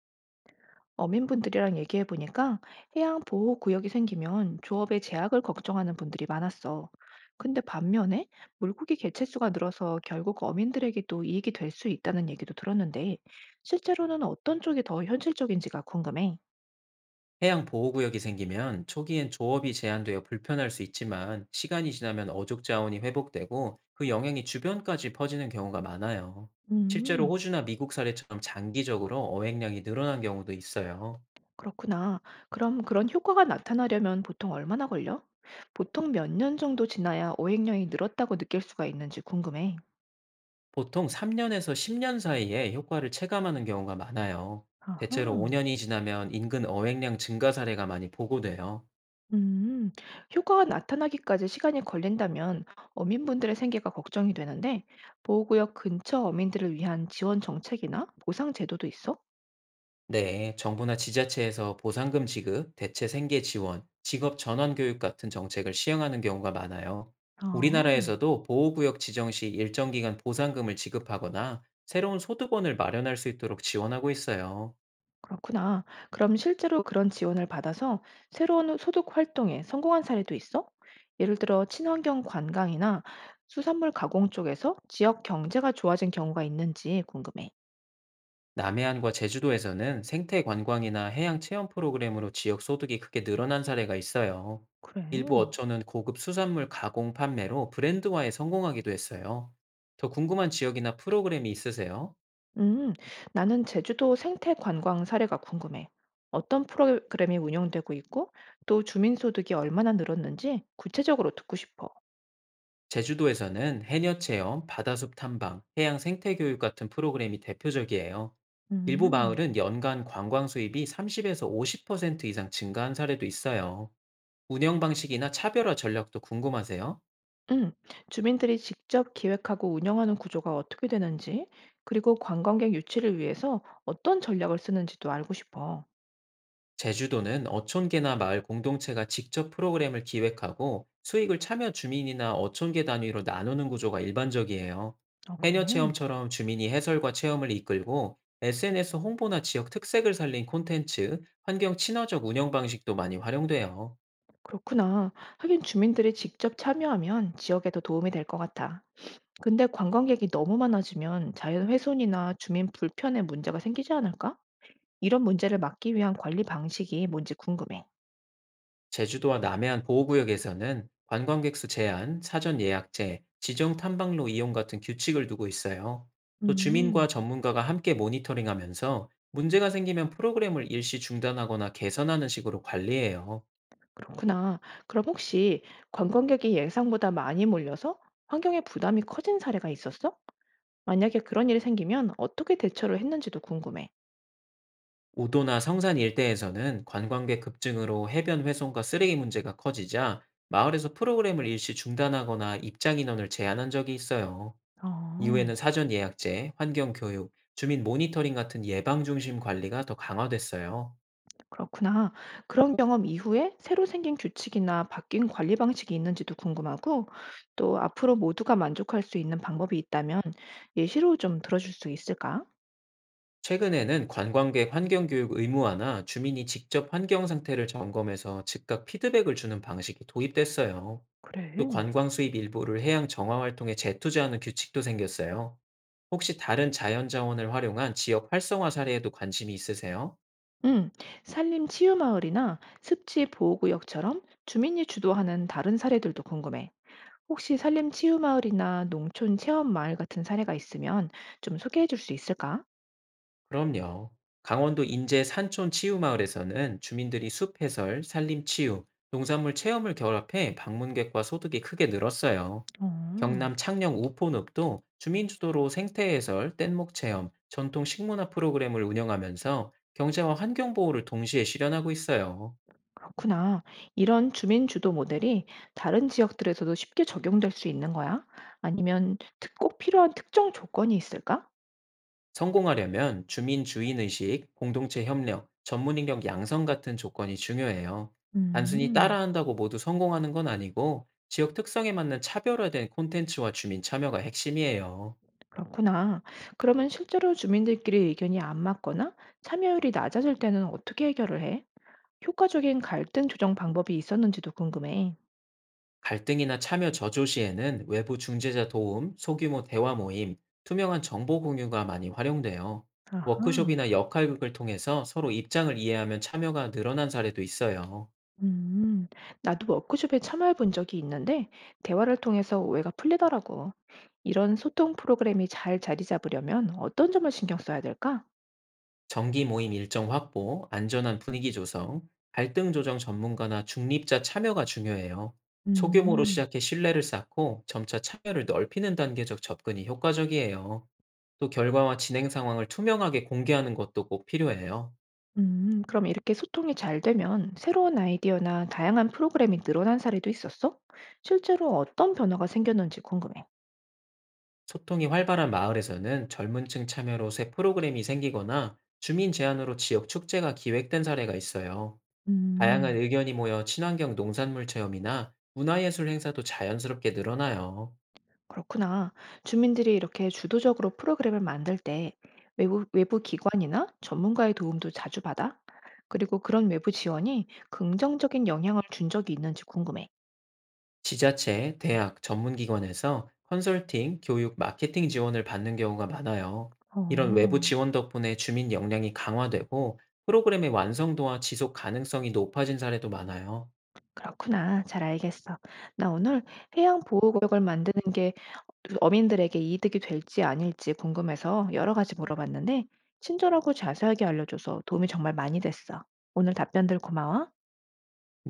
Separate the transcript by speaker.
Speaker 1: 어민분들이랑 얘기해 보니까 해양 보호 구역이 생기면 조업에 제약을 걱정하는 분들이 많았어. 근데 반면에 물고기 개체수가 늘어서 결국 어민들에게도 이익이 될 수 있다는 얘기도 들었는데 실제로는 어떤 쪽이 더 현실적인지가 궁금해.
Speaker 2: 해양 보호구역이 생기면 초기엔 조업이 제한되어 불편할 수 있지만 시간이 지나면 어족 자원이 회복되고 그 영향이 주변까지 퍼지는 경우가 많아요. 실제로
Speaker 1: 음,
Speaker 2: 호주나 미국 사례처럼 장기적으로 어획량이 늘어난 경우도 있어요.
Speaker 1: 그렇구나. 그럼 그런 효과가 나타나려면 보통 얼마나 걸려? 보통 몇 년 정도 지나야 어획량이 늘었다고 느낄 수가 있는지 궁금해.
Speaker 2: 보통 3년에서 10년 사이에 효과를 체감하는 경우가 많아요. 대체로
Speaker 1: 아하.
Speaker 2: 5년이 지나면 인근 어획량 증가 사례가 많이 보고돼요.
Speaker 1: 음, 효과가 나타나기까지 시간이 걸린다면 어민분들의 생계가 걱정이 되는데 보호구역 근처 어민들을 위한 지원 정책이나 보상 제도도 있어?
Speaker 2: 네, 정부나 지자체에서 보상금 지급, 대체 생계 지원, 직업 전환 교육 같은 정책을 시행하는 경우가 많아요.
Speaker 1: 아,
Speaker 2: 우리나라에서도 보호구역 지정 시 일정 기간 보상금을 지급하거나 새로운 소득원을 마련할 수 있도록 지원하고 있어요.
Speaker 1: 그렇구나. 그럼 실제로 그런 지원을 받아서 새로운 소득 활동에 성공한 사례도 있어? 예를 들어 친환경 관광이나 수산물 가공 쪽에서 지역 경제가 좋아진 경우가 있는지 궁금해.
Speaker 2: 남해안과 제주도에서는 생태 관광이나 해양 체험 프로그램으로 지역 소득이 크게 늘어난 사례가 있어요. 일부
Speaker 1: 그래.
Speaker 2: 어촌은 고급 수산물 가공 판매로 브랜드화에 성공하기도 했어요. 더 궁금한 지역이나 프로그램이 있으세요?
Speaker 1: 음, 나는 제주도 생태 관광 사례가 궁금해. 어떤 프로그램이 운영되고 있고, 또 주민 소득이 얼마나 늘었는지 구체적으로 듣고 싶어.
Speaker 2: 제주도에서는 해녀 체험, 바다숲 탐방, 해양 생태 교육 같은 프로그램이 대표적이에요. 일부
Speaker 1: 음,
Speaker 2: 마을은 연간 관광 수입이 30에서 50% 이상 증가한 사례도 있어요. 운영 방식이나 차별화 전략도 궁금하세요?
Speaker 1: 음, 주민들이 직접 기획하고 운영하는 구조가 어떻게 되는지, 그리고 관광객 유치를 위해서 어떤 전략을 쓰는지도 알고 싶어.
Speaker 2: 제주도는 어촌계나 마을 공동체가 직접 프로그램을 기획하고 수익을 참여 주민이나 어촌계 단위로 나누는 구조가 일반적이에요.
Speaker 1: 어, 그래.
Speaker 2: 해녀 체험처럼 주민이 해설과 체험을 이끌고 SNS 홍보나 지역 특색을 살린 콘텐츠, 환경 친화적 운영 방식도 많이 활용돼요.
Speaker 1: 그렇구나. 하긴 주민들이 직접 참여하면 지역에도 도움이 될 것 같아. 근데 관광객이 너무 많아지면 자연 훼손이나 주민 불편의 문제가 생기지 않을까? 이런 문제를 막기 위한 관리 방식이 뭔지 궁금해.
Speaker 2: 제주도와 남해안 보호구역에서는 관광객 수 제한, 사전 예약제, 지정 탐방로 이용 같은 규칙을 두고 있어요. 또
Speaker 1: 음,
Speaker 2: 주민과 전문가가 함께 모니터링하면서 문제가 생기면 프로그램을 일시 중단하거나 개선하는 식으로 관리해요.
Speaker 1: 그렇구나. 그럼 혹시 관광객이 예상보다 많이 몰려서 환경에 부담이 커진 사례가 있었어? 만약에 그런 일이 생기면 어떻게 대처를 했는지도 궁금해.
Speaker 2: 우도나 성산 일대에서는 관광객 급증으로 해변 훼손과 쓰레기 문제가 커지자 마을에서 프로그램을 일시 중단하거나 입장 인원을 제한한 적이 있어요. 이후에는
Speaker 1: 어.
Speaker 2: 사전 예약제, 환경 교육, 주민 모니터링 같은 예방 중심 관리가 더 강화됐어요.
Speaker 1: 그렇구나. 그런 경험 이후에 새로 생긴 규칙이나 바뀐 관리 방식이 있는지도 궁금하고, 또 앞으로 모두가 만족할 수 있는 방법이 있다면 예시로 좀 들어줄 수 있을까?
Speaker 2: 최근에는 관광객 환경 교육 의무화나 주민이 직접 환경 상태를 점검해서 즉각 피드백을 주는 방식이 도입됐어요. 또
Speaker 1: 그래.
Speaker 2: 관광 수입 일부를 해양 정화 활동에 재투자하는 규칙도 생겼어요. 혹시 다른 자연 자원을 활용한 지역 활성화 사례에도 관심이 있으세요?
Speaker 1: 음, 산림 치유마을이나 습지 보호구역처럼 주민이 주도하는 다른 사례들도 궁금해. 혹시 산림 치유마을이나 농촌 체험마을 같은 사례가 있으면 좀 소개해 줄 수 있을까?
Speaker 2: 그럼요. 강원도 인제 산촌 치유마을에서는 주민들이 숲 해설, 산림 치유, 농산물 체험을 결합해 방문객과 소득이 크게 늘었어요.
Speaker 1: 음,
Speaker 2: 경남 창녕 우포늪도 주민 주도로 생태 해설, 뗏목 체험, 전통 식문화 프로그램을 운영하면서 경제와 환경 보호를 동시에 실현하고 있어요.
Speaker 1: 그렇구나. 이런 주민 주도 모델이 다른 지역들에서도 쉽게 적용될 수 있는 거야? 아니면 꼭 필요한 특정 조건이 있을까?
Speaker 2: 성공하려면 주민 주인의식, 공동체 협력, 전문 인력 양성 같은 조건이 중요해요. 단순히
Speaker 1: 음,
Speaker 2: 따라한다고 모두 성공하는 건 아니고 지역 특성에 맞는 차별화된 콘텐츠와 주민 참여가 핵심이에요.
Speaker 1: 그렇구나. 그러면 실제로 주민들끼리 의견이 안 맞거나 참여율이 낮아질 때는 어떻게 해결을 해? 효과적인 갈등 조정 방법이 있었는지도 궁금해.
Speaker 2: 갈등이나 참여 저조 시에는 외부 중재자 도움, 소규모 대화 모임, 투명한 정보 공유가 많이 활용돼요.
Speaker 1: 아하.
Speaker 2: 워크숍이나 역할극을 통해서 서로 입장을 이해하면 참여가 늘어난 사례도 있어요.
Speaker 1: 음. 나도 워크숍에 참여해 본 적이 있는데 대화를 통해서 오해가 풀리더라고. 이런 소통 프로그램이 잘 자리 잡으려면 어떤 점을 신경 써야 될까?
Speaker 2: 정기 모임 일정 확보, 안전한 분위기 조성, 갈등 조정 전문가나 중립자 참여가 중요해요. 소규모로
Speaker 1: 음.
Speaker 2: 시작해 신뢰를 쌓고 점차 참여를 넓히는 단계적 접근이 효과적이에요. 또 결과와 진행 상황을 투명하게 공개하는 것도 꼭 필요해요.
Speaker 1: 그럼 이렇게 소통이 잘 되면 새로운 아이디어나 다양한 프로그램이 늘어난 사례도 있었어? 실제로 어떤 변화가 생겼는지 궁금해.
Speaker 2: 소통이 활발한 마을에서는 젊은 층 참여로 새 프로그램이 생기거나 주민 제안으로 지역 축제가 기획된 사례가 있어요. 다양한
Speaker 1: 음.
Speaker 2: 의견이 모여 친환경 농산물 체험이나 문화예술 행사도 자연스럽게 늘어나요.
Speaker 1: 그렇구나. 주민들이 이렇게 주도적으로 프로그램을 만들 때 외부 기관이나 전문가의 도움도 자주 받아? 그리고 그런 외부 지원이 긍정적인 영향을 준 적이 있는지 궁금해.
Speaker 2: 지자체, 대학, 전문기관에서 컨설팅, 교육, 마케팅 지원을 받는 경우가 많아요.
Speaker 1: 어,
Speaker 2: 이런 외부 지원 덕분에 주민 역량이 강화되고 프로그램의 완성도와 지속 가능성이 높아진 사례도 많아요.
Speaker 1: 그렇구나. 잘 알겠어. 나 오늘 해양 보호구역을 만드는 게 어민들에게 이득이 될지 아닐지 궁금해서 여러 가지 물어봤는데, 친절하고 자세하게 알려줘서 도움이 정말 많이 됐어. 오늘 답변들 고마워.